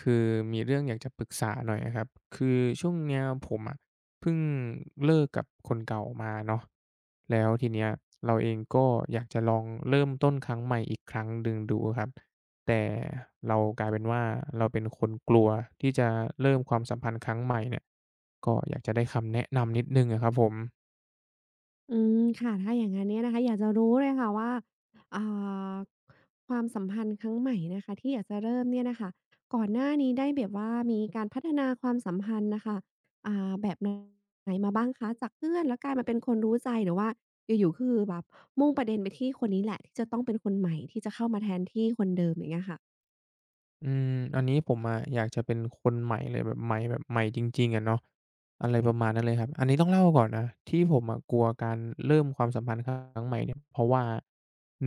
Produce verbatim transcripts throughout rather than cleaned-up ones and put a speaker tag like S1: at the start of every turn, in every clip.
S1: คือมีเรื่องอยากจะปรึกษาหน่อยอะครับคือช่วงเนี้ยผมอะเพิ่งเลิกกับคนเก่ามาเนาะแล้วทีเนี้ยเราเองก็อยากจะลองเริ่มต้นครั้งใหม่อีกครั้งหนึ่งดูครับแต่เรากลายเป็นว่าเราเป็นคนกลัวที่จะเริ่มความสัมพันธ์ครั้งใหม่เนี่ยก็อยากจะได้คำแนะนำนิดหนึ่งอะครับผม
S2: อืมค่ะถ้าอย่างงั้นเนี่ยนะคะอยากจะรู้เลยค่ะว่าอ่าความสัมพันธ์ครั้งใหม่นะคะที่อยากจะเริ่มเนี่ยนะคะก่อนหน้านี้ได้แบบว่ามีการพัฒนาความสัมพันธ์นะคะอ่าแบบไหนมาบ้างคะจากเพื่อนแล้วกลายมาเป็นคนรู้ใจหรือว่าอยู่ๆคือแบบมุ่งประเด็นไปที่คนนี้แหละที่จะต้องเป็นคนใหม่ที่จะเข้ามาแทนที่คนเดิมอย่างเงี้ยค่ะ
S1: อืมอันนี้ผมอะอยากจะเป็นคนใหม่เลยแบบใหม่แบบใหม่จริงๆอะเนาะอะไรประมาณนั้นเลยครับอันนี้ต้องเล่าก่อนนะที่ผมอะกลัวการเริ่มความสัมพันธ์ครั้งใหม่เนี่ยเพราะว่า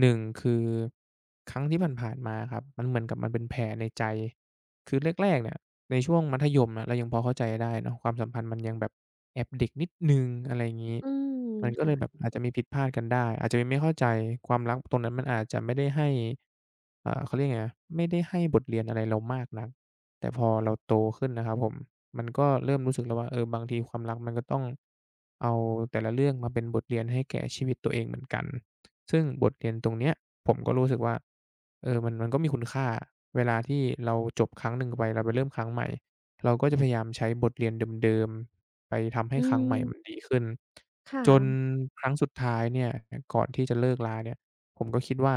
S1: หนึ่งคือครั้งที่ผ่านๆมาอะครับมันเหมือนกับมันเป็นแผลในใจคือแรกๆเนี่ย ในช่วงมัธยมอะเรายังพอเข้าใจได้เนาะความสัมพันธ์มันยังแบบแอบเด็กนิดหนึ่งอะไรอย่างงี้
S2: อืม
S1: มันก็เลยแบบ
S2: ค่ะ
S1: อาจจะมีผิดพลาดกันได้อาจจะมีไม่เข้าใจความรักตรงนั้นมันอาจจะไม่ได้ให้เอ่อเขาเรียกยังไงนะไม่ได้ให้บทเรียนอะไรเรามากนักแต่พอเราโตขึ้นนะครับผม มันก็เริ่มรู้สึกแล้วว่าเออบางทีความรักมันก็ต้องเอาแต่ละเรื่องมาเป็นบทเรียนให้แก่ชีวิตตัวเองเหมือนกันซึ่งบทเรียนตรงเนี้ยผมก็รู้สึกว่าเออมันมันก็มีคุณค่าเวลาที่เราจบครั้งหนึ่งไปเราไปเริ่มครั้งใหม่เราก็จะพยายามใช้บทเรียนเดิมๆไปทำให้
S2: อื
S1: ครั้งให
S2: ม
S1: ม่มันดีขึ้นจน
S2: ค่ะ
S1: ครั้งสุดท้ายเนี่ยก่อนที่จะเลิกราเนี่ย ผมก็คิดว่า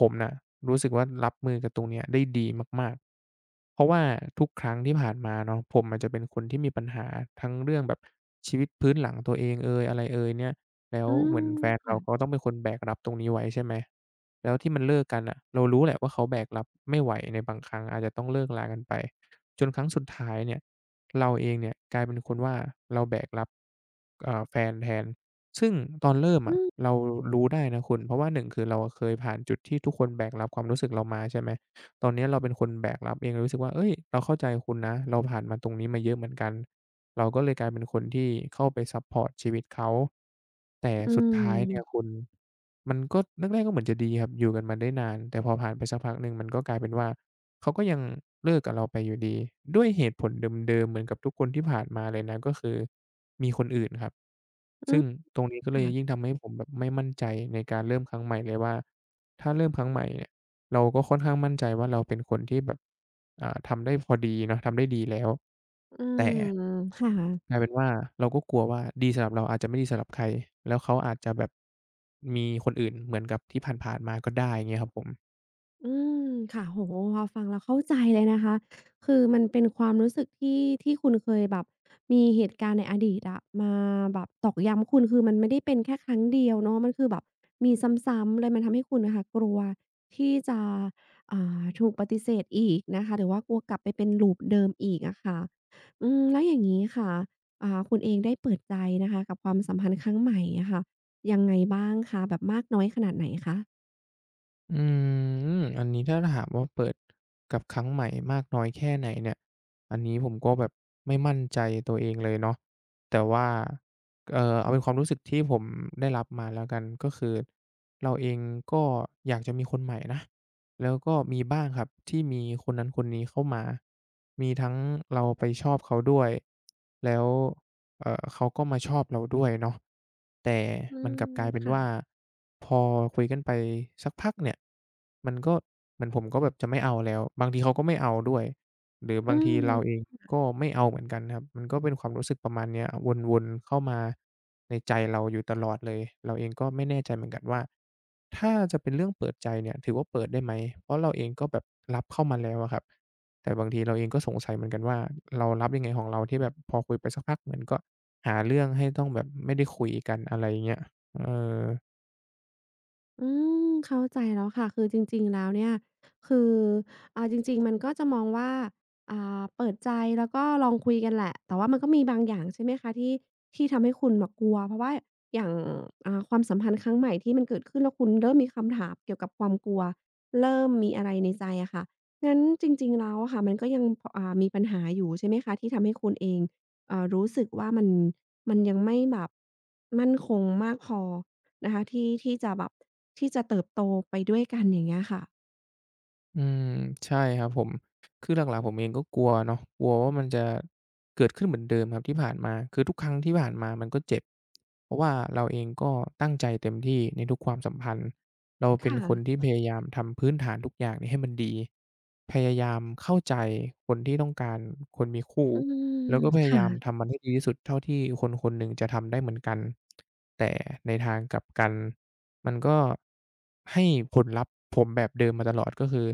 S1: ผมน่ะรู้สึกว่ารับมือกับตรงเนี้ยได้ดีมากๆ เพราะว่าทุกครั้งที่ผ่านมาเนาะผมอาจจะเป็นคนที่มีปัญหาทั้งเรื่องแบบชีวิตพื้นหลังตัวเองเอยอะไรเอยเนี่ยแล้ว
S2: อื
S1: เหมือน
S2: ม
S1: แฟนเราเขา
S2: ค่ะ
S1: ต้องเป็นคนแบกรับตรงนี้ไว้ใช่ไหมแล้วที่มันเลิกกันน่ะเรารู้แหละว่าเขาแบกรับไม่ไหวในบางครั้งอาจจะต้องเลิกรากันไปจนครั้งสุดท้ายเนี่ยเราเองเนี่ยกลายเป็นคนว่าเราแบกรับเอ่อแฟนแทน ซึ่งตอนเริ่ม
S2: อื
S1: อะ
S2: ม
S1: เรารู้ได้นะคุณเพราะว่าหนึ่งคือเราอะเคยผ่านจุดที่ทุกคนแบกรับความรู้สึกเรามาใช่ไหมตอนเนี้ยเราเป็นคนแบกรับเองเรารู้สึกว่าเฮ้ยเราเข้าใจคุณนะเราผ่านมาตรงนี้มาเยอะเหมือนกันเราก็เลยกลายเป็นคนที่เข้าไปซัปพอร์ตชีวิตเขาแต่
S2: อื
S1: สุดท้ายเนี่ย
S2: ม
S1: คุณมันก็แรกๆก็เหมือนจะดีครับอยู่กันมาได้นานแต่พอผ่านไปสักพักหนึ่งมันก็กลายเป็นว่า เขาก็ยังเลิกกับเราไปอยู่ดีด้วยเหตุผลเดิมๆเหมือนกับทุกคนที่ผ่านมาเลยนะก็คือมีคนอื่นครับ
S2: อื
S1: ซึ่ง
S2: ม
S1: ตรงนี้ก็เลยยิ่ง
S2: ค่ะ
S1: ทำให้ผมแบบไม่มั่นใจในการเริ่มครั้งใหม่เลยว่าถ้าเริ่มครั้งใหม่เนี่ยเราก็ค่อนข้างมั่นใจว่าเราเป็นคนที่แบบอ่าทำได้พอดีเนาะทำได้ดีแล้ว
S2: อื
S1: แต่
S2: มค่
S1: กลา
S2: ะ
S1: ยเป็นว่าเราก็กลัวว่าดีสำหรับเราอาจจะไม่ดีสำหรับใครแล้วเขาอาจจะแบบมีคนอื่นเหมือนกับที่ผ่านๆมาก็ได้เงี้ยครับผม
S2: อืมค่ะโอ้โฮพอฟังแล้วเข้าใจเลยนะคะคือมันเป็นความรู้สึกที่ที่คุณเคยแบบมีเหตุการณ์ในอดีตอะมาแบบตอกย้ำคุณคือมันไม่ได้เป็นแค่ครั้งเดียวเนาะมันคือแบบมีซ้ำๆเลยมันทำให้คุณน่ะค่ะกลัวที่จะอ่าถูกปฏิเสธอีกนะคะหรือว่ากลัวกลับไปเป็น loop เดิมอีกอะค่ะอืมแล้วอย่างงี้ค่ะอ่าคุณเองได้เปิดใจนะคะกับความสัมพันธ์ครั้งใหม่อะค่ะยังไงบ้างคะแบบมากน้อยขนาดไหนคะ
S1: อืมอันนี้ถ้าถามว่าเปิดกับครั้งใหม่มากน้อยแค่ไหนเนี่ยอันนี้ผมก็แบบไม่มั่นใจตัวเองเลยเนาะแต่ว่าเอ่อเอาเป็นความรู้สึกที่ผมได้รับมาแล้วกันก็คือเราเองก็อยากจะมีคนใหม่นะ แล้วก็มีบ้างครับที่มีคนนั้นคนนี้เข้ามามีทั้งเราไปชอบเขาด้วยแล้วเอ่อเขาก็มาชอบเราด้วยเนาะแต่
S2: อื
S1: มันก
S2: ม
S1: ลับกลายเป็น
S2: ค่ะ
S1: ว่าพอคุยกันไปสักพักเนี่ยมันก็เหมือนผมก็แบบจะไม่เอาแล้วบางทีเขาก็ไม่เอาด้วย หรือ
S2: อื
S1: บางทีเราเอ
S2: ม
S1: งก็ไม่เอาเหมือนกันครับมันก็เป็นความรู้สึกประมาณเนี้ยวนๆเข้ามาในใจเราอยู่ตลอดเลยเราเองก็ไม่แน่ใจเหมือนกันว่าถ้าจะเป็นเรื่องเปิดใจเนี่ยถือว่าเปิดได้ไหมเพราะเราเองก็แบบรับเข้ามาแล้วอะครับแต่บางทีเราเองก็สงสัยเหมือนกันว่าเรารับยังไงของเราที่แบบพอคุยไปสักพักเหมือนก็หาเรื่องให้ต้องแบบไม่ได้คุยกันอะไรอย่างเงี้ยเออ
S2: อืมเข้าใจแล้วค่ะคือจริงๆแล้วเนี่ยคืออ่าจริงๆมันก็จะมองว่าอ่าเปิดใจแล้วก็ลองคุยกันแหละแต่ว่ามันก็มีบางอย่างใช่ไหมคะที่ที่ทำให้คุณน่ะกลัวเพราะว่าอย่างอ่าความสัมพันธ์ครั้งใหม่ที่มันเกิดขึ้นแล้วคุณเริ่มมีคำถามเกี่ยวกับความกลัวเริ่มมีอะไรในใจอะค่ะงั้นจริงๆแล้วอะค่ะมันก็ยังพอ่ามีปัญหาอยู่ใช่ไหมคะที่ทำให้คุณเองเอ่อรู้สึกว่ามันมันยังไม่แบบมั่นคงมากพอ นะคะที่ที่จะแบบที่จะเติบโตไปด้วยกันอย่างเงี้ยค่ะ
S1: อืมใช่ครับผมคือหลักๆผมเองก็กลัวเนาะกลัวว่ามันจะเกิดขึ้นเหมือนเดิมครับที่ผ่านมาคือทุกครั้งที่ผ่านมามันก็เจ็บเพราะว่าเราเองก็ตั้งใจเต็มที่ในทุกความสัมพันธ์เราเป็น
S2: ค่ะ
S1: คนที่พยายามทำพื้นฐานทุกอย่างเนี่ยให้มันดีพยายามเข้าใจคนที่ต้องการคนมีคู่
S2: อื
S1: แล้
S2: ม
S1: วก็พยา
S2: ค่ะ
S1: ยามทำมันให้ดีที่สุดเท่าที่คนคนหนึ่งจะทำได้เหมือนกันแต่ในทางกลับกัน มันก็ให้ผลลัพธ์ผมแบบเดิมมาตลอดก็คือ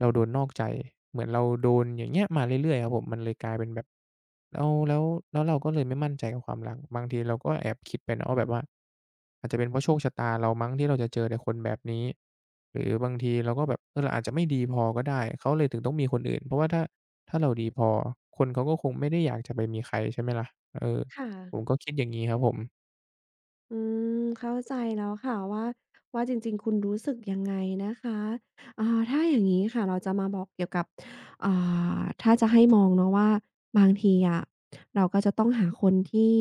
S1: เราโดนนอกใจเหมือนเราโดนอย่างเงี้ยมาเรื่อยๆครับผมมันเลยกลายเป็นแบบแล้วแล้วแล้วเราก็เลยไม่มั่นใจกับความรักบางทีเราก็แอบคิดไปนะว่าแบบว่าอาจจะเป็นเพราะโชคชะตาเรามั้งที่เราจะเจอแต่คนแบบนี้หรือบางทีเราก็แบบเออเราอาจจะไม่ดีพอก็ได้เขาเลยถึงต้องมีคนอื่นเพราะว่าถ้าถ้าเราดีพอคนเขาก็คงไม่ได้อยากจะไปมีใครใช่ไหมล่ะเออ
S2: ค่ะ
S1: ผมก็คิดอย่างงี้ครับผม
S2: อืมเข้าใจแล้วค่ะว่าว่าจริงๆคุณรู้สึกยังไงนะคะอ่าถ้าอย่างงี้ค่ะเราจะมาบอกเกี่ยวกับอ่าถ้าจะให้มองเนาะว่าบางทีอะเราก็จะต้องหาคนที่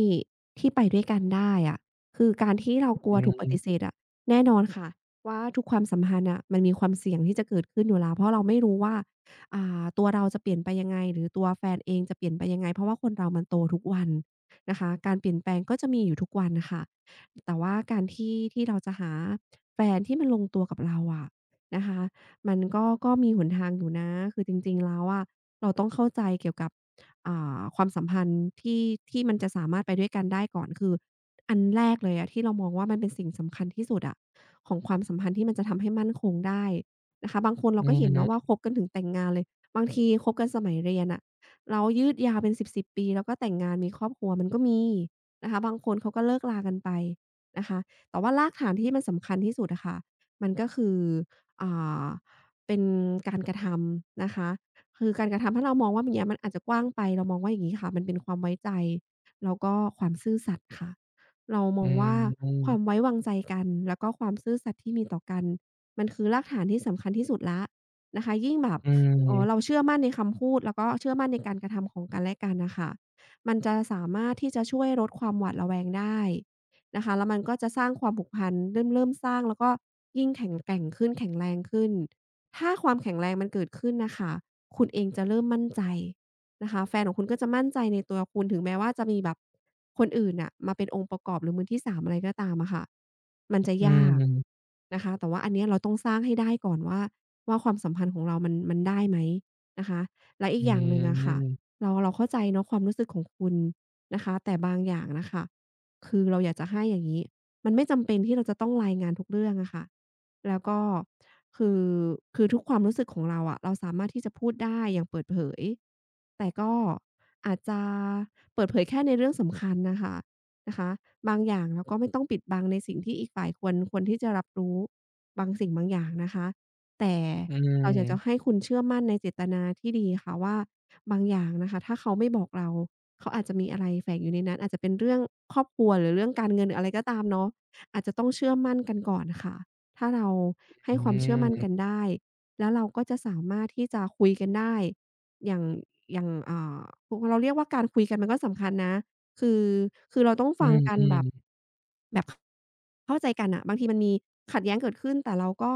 S2: ที่ไปด้วยกันได้อะคือการที่เรากลั
S1: อื
S2: วถูกปฏิเส
S1: ม
S2: ธอะแน่นอนค่ะว่าทุกความสัมพันธ์น่ะมันมีความเสี่ยงที่จะเกิดขึ้นอยู่แล้วเพราะเราไม่รู้ว่าอ่าตัวเราจะเปลี่ยนไปยังไงหรือตัวแฟนเองจะเปลี่ยนไปยังไงเพราะว่าคนเรามันโตทุกวันนะคะการเปลี่ยนแปลงก็จะมีอยู่ทุกวันน่ะค่ะ แต่ว่าการที่ที่เราจะหาแฟนที่มันลงตัวกับเราอะนะคะมันก็ก็มีหนทางอยู่นะคือจริงๆแล้วอะเราต้องเข้าใจเกี่ยวกับอ่าความสัมพันธ์ที่ที่มันจะสามารถไปด้วยกันได้ก่อนคืออันแรกเลยอะที่เรามองว่ามันเป็นสิ่งสำคัญที่สุดอะของความสัมพันธ์ที่มันจะทำให้มั่นคงได้นะคะบางคนเรา
S1: อื
S2: ก็เห็นเนาะ
S1: ม
S2: ว่าคบกันถึงแต่งงานเลยบางทีคบกันสมัยเรียนน่ะแล้วยืดยาวเป็นสิบๆปีแล้วก็แต่งงานมีครอบครัวมันก็มีนะคะบางคนเขาก็เลิกรากันไป นะคะแต่ว่ารากฐานที่มันสำคัญที่สุดอะค่ะมันก็คืออ่าเป็นการกระทำนะคะคือการกระทำถ้าเรามองว่าอย่างเงี้ยมันอาจจะกว้างไปเรามองว่าอย่างงี้ค่ะมันเป็นความไว้ใจแล้วก็ความซื่อสัตย์ค่ะเราม
S1: อื
S2: องว่าความ
S1: ม
S2: ไว้วางใจกัน แล้วก็ความซื่อสัตย์ที่มีต่อกัน มันคือรากฐานที่สำคัญที่สุดแล้วนะคะยิ่งแบบ
S1: อื
S2: เอ่อเรา
S1: ม
S2: เชื่อมั่นในคำพูด แล้วก็เชื่อมั่นในการกระทำของกันและกันน่ะค่ะมันจะสามารถที่จะช่วยลดความหวาดระแวงได้ นะคะแล้วมันก็จะสร้างความผูกพันเริ่มเริ่มสร้างแล้วก็ยิ่งแข็งแกร่งขึ้นแข็งแรงขึ้นถ้าความแข็งแรงมันเกิดขึ้นน่ะค่ะคุณเองจะเริ่มมั่นใจนะคะแฟนของคุณก็จะมั่นใจในตัวคุณถึงแม้ว่าจะมีแบบคนอื่นน่ะมาเป็นองค์ประกอบหรือมือที่สามอะไรก็ตามอะค่ะมันจะ
S1: อื
S2: ยาก
S1: ม
S2: นะคะแต่ว่าอันเนี้ยเราต้องสร้างให้ได้ก่อนว่าว่าความสัมพันธ์ของเรามันมันได้ไหมนะคะและอี
S1: อื
S2: กอย่างหนึ่งอะค่ะ
S1: ม
S2: เราเราเข้าใจเนาะความรู้สึกของคุณนะคะแต่บางอย่างน่ะค่ะ คือเราอยากจะให้อย่างนี้มันไม่จำเป็นที่เราจะต้องรายงานทุกเรื่องอะค่ะแล้วก็คือคือทุกความรู้สึกของเราอะเราสามารถที่จะพูดได้อย่างเปิดเผยแต่ก็อาจจะเปิดเผยแค่ในเรื่องสำคัญน่ะค่ะนะคะบางอย่างเราก็ไม่ต้องปิดบังในสิ่งที่อีกฝ่ายควรควรที่จะรับรู้บางสิ่งบางอย่างนะคะแต่
S1: อื
S2: เราอยากจะให้
S1: ม
S2: คุณเชื่อมั่นในเจตนาที่ดีค่ะว่าบางอย่างนะคะถ้าเขาไม่บอกเราเขาอาจจะมีอะไรแฝงอยู่ในนั้นอาจจะเป็นเรื่องครอบครัวหรือเรื่องการเงินหรืออะไรก็ตามเนาะอาจจะต้องเชื่อมั่นกันก่อนค่ะถ้าเราให้
S1: อื
S2: ความเชื่อมั่นกัน
S1: ม
S2: ได้แล้วเราก็จะสามารถที่จะคุยกันได้อย่างอย่างอ่าพเราเรียกว่าการคุยกันมันก็สำคัญนะคือคือเราต้อง
S1: อื
S2: ฟังกันแบบ
S1: ม
S2: แบบเข้าใจกันน่ะบางทีมันมีขัดแย้งเกิดขึ้นแต่เราก็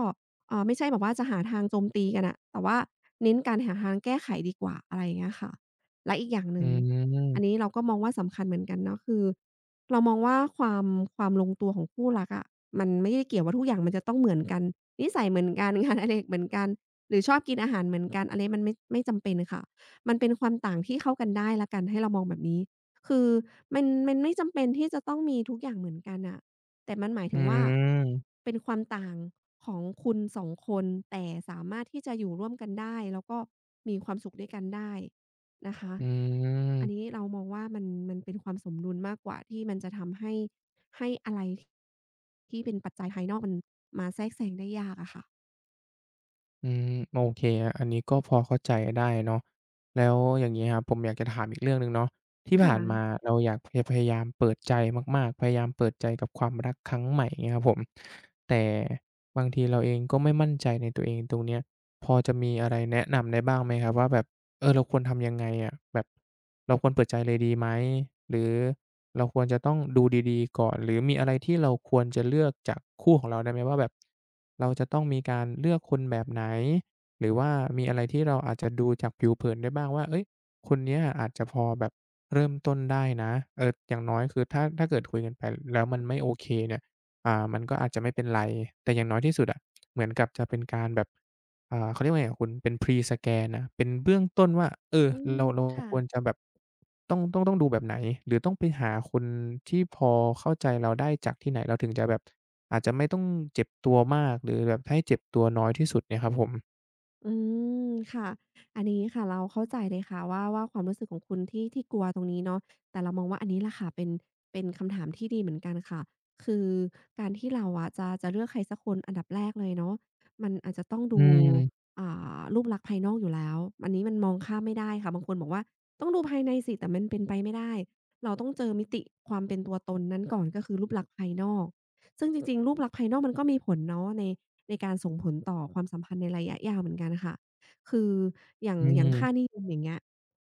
S2: อ่าไม่ใช่แบบว่าจะหาทางโจมตีกันน่ะแต่ว่าเน้นการหาทางแก้ไขดีกว่าอะไรอย่างเงี้ยค่ะและอีกอย่างห
S1: ๆอื
S2: นึ่ง
S1: ม
S2: อันนี้เราก็มองว่าสำคัญเหมือนกันเนาะคือเรามองว่าความความลงตัวของคู่รักอะมันไม่ได้เกี่ยวว่าทุกอย่างมันจะต้องเหมือนกันนิสัยเหมือนกัน งานอดิเรกเหมือนกันหรือชอบกินอาหารเหมือนกันอันนี้มันไม่ไม่จำเป็นค่ะมันเป็นความต่างที่เข้ากันได้แล้วกันให้เรามองแบบนี้คือมันมันไม่จำเป็นที่จะต้องมีทุกอย่างเหมือนกันน่ะ แต่มันหมาย
S1: อื
S2: ถึงว่า
S1: ม
S2: เป็นความต่างของคุณสองคนแต่สามารถที่จะอยู่ร่วมกันได้แล้วก็มีความสุขด้วยกันได้นะคะ
S1: อื
S2: อันนี้
S1: ม
S2: เรามองว่ามันมันเป็นความสมดุลมากกว่าที่มันจะทำให้ให้อะไรที่เป็นปัจจัยภายนอกมันมาแทรกแซงได้ยากอะค่ะ
S1: อืมโอเคครับอันนี้ก็พอเข้าใจได้เนาะแล้วอย่างงี้ครับผมอยากจะถามอีกเรื่องหนึ่งเนาะที่
S2: ค่ะ
S1: ผ่านมาเราอยากพพยายามเปิดใจมากๆพยายามเปิดใจกับความรักครั้งใหม่เงี้ยครับผมแต่บางทีเราเองก็ไม่มั่นใจในตัวเองตรงเนี้ยพอจะมีอะไรแนะนำได้บ้างไหมครับว่าแบบเออเราควรทำยังไงอะแบบเราควรเปิดใจเลยดีไหมหรือ เราควรจะต้องดูดีๆก่อนหรือมีอะไรที่เราควรจะเลือกจากคู่ของเราได้ไหมว่าแบบเราจะต้องมีการเลือกคนแบบไหนหรือว่ามีอะไรที่เราอาจจะดูจากผิวเผินได้บ้างว่าเอ้ยคนเนี้ยอาจจะพอแบบเริ่มต้นได้นะเอออย่างน้อยคือถ้าถ้าเกิดคุยกันไปแล้วมันไม่โอเคเนี่ยอ่ามันก็อาจจะไม่เป็นไรแต่อย่างน้อยที่สุดอะเหมือนกับจะเป็นการแบบ อ่าเขาเรียกว่าไงอะคุณเป็น พรีสแกน นะเป็นเบื้องต้นว่าเออ
S2: อืม
S1: เราเรา
S2: ค่ะ
S1: ควรจะแบบต้องต้องต้องดูแบบไหนหรือต้องไปหาคนที่พอเข้าใจเราได้จากที่ไหนเราถึงจะแบบอาจจะไม่ต้องเจ็บตัวมากหรือแบบให้เจ็บตัวน้อยที่สุดเนี่ยครับผม
S2: อืมค่ะอันนี้ค่ะเราเข้าใจเลยค่ะว่าว่าความรู้สึกของคุณที่ที่กลัวตรงนี้เนาะแต่เรามองว่าอันนี้แหละค่ะเป็นเป็นคำถามที่ดีเหมือนกันค่ะคือการที่เราอะจะจะเลือกใครสักคนอันดับแรกเลยเนาะมันอาจจะต้อง
S1: อื
S2: ดู
S1: ม
S2: อ่ารูปลักษณ์ภายนอกอยู่แล้วอันนี้มันมองข้ามไม่ได้ค่ะบางคนบอกว่าต้องดูภายในสิแต่มันเป็นไปไม่ได้เราต้องเจอมิติความเป็นตัวตนนั้นก่อนก็คือรูปลักษณ์ภายนอก ซึ่งจริงๆรูปลักษณ์ภายนอกมันก็มีผลเนาะในในการส่งผลต่อความสัมพันธ์ในระยะยาวเหมือนกันค่ะคืออย่าง
S1: อื
S2: อย่างค่า
S1: ม
S2: นิยมอย่างเงี้ย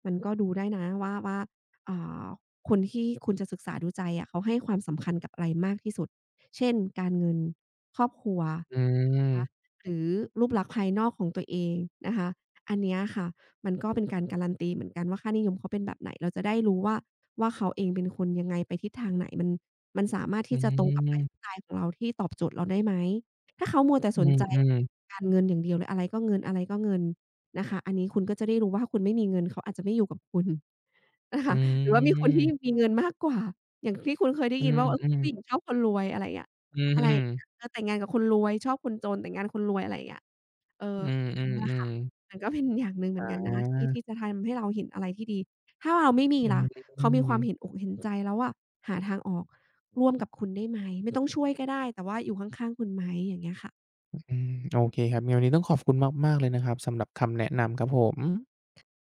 S2: มันก็ดูได้นะว่าว่าอ่าคนที่คุณจะศึกษาดูใจอะเขาให้ความสำคัญกับอะไรมากที่สุดเช่นการเงินครอบครัว
S1: อื
S2: คะ
S1: ม
S2: หรือรูปลักษณ์ภายนอกของตัวเองนะคะอันเนี้ยค่ะมันก็เป็นการการันตีเหมือนกันว่าค่านิยมเขาเป็นแบบไหนเราจะได้รู้ว่าว่าเขาเองเป็นคนยังไงไปทิศทางไหนมัน มันสามารถ
S1: อื
S2: ที่จะตรงกับไลฟ์
S1: ม
S2: สไตล์ของเราที่ตอบโจทย์เราได้ไหมถ้าเขามัวแต่
S1: อื
S2: สนใจ
S1: มๆ
S2: การเงินอย่างเดียวเลยอะไรก็เงินอะไรก็เงินนะคะอันนี้คุณก็จะได้รู้ว่าคุณไม่มีเงินเขาอาจจะไม่อยู่กับคุณ นะ
S1: อื
S2: คะ
S1: ม
S2: หรือว่ามีคนที่
S1: อ
S2: มีเงินมากกว่าอย่างที่คุณเคยได้
S1: ื
S2: ยิน
S1: ม
S2: ว่าเออ
S1: อืม
S2: ผู้หญิง
S1: ๆ
S2: ชอบคนรวยอะไรอย่างเงี้ย
S1: อืม
S2: อะ
S1: อื
S2: ไรอ
S1: ม
S2: ย่างเงี้ยเออแต่งงานกับคนรวยชอบคนจนแต่งงานคนรวยอะไรอย่างเงี้ยเออ
S1: อืมอื
S2: อัน
S1: ม
S2: เนี้ยแหละค่ะมันก็เป็นอย่างหนึ่งเห
S1: ๆอ
S2: มือนกัน
S1: า
S2: นะที่ที่จะทำให้เราเห็นอะไรที่ดีถ้าเราไม่มี
S1: อื
S2: ล่ะเขามีควา
S1: ม
S2: มเห็นอกเห็นใจแล้วอะหาทางออก ร่วมกับคุณได้ไหมไม่ต้องช่วยก็ได้แต่ว่าอยู่ข้างๆคุณไหมอย่างเงี้ยค่ะ
S1: อืมโอเคครับไงนวันนี้ต้องขอบคุณมากๆเลยนะครับสำหรับคำแนะนำครับผม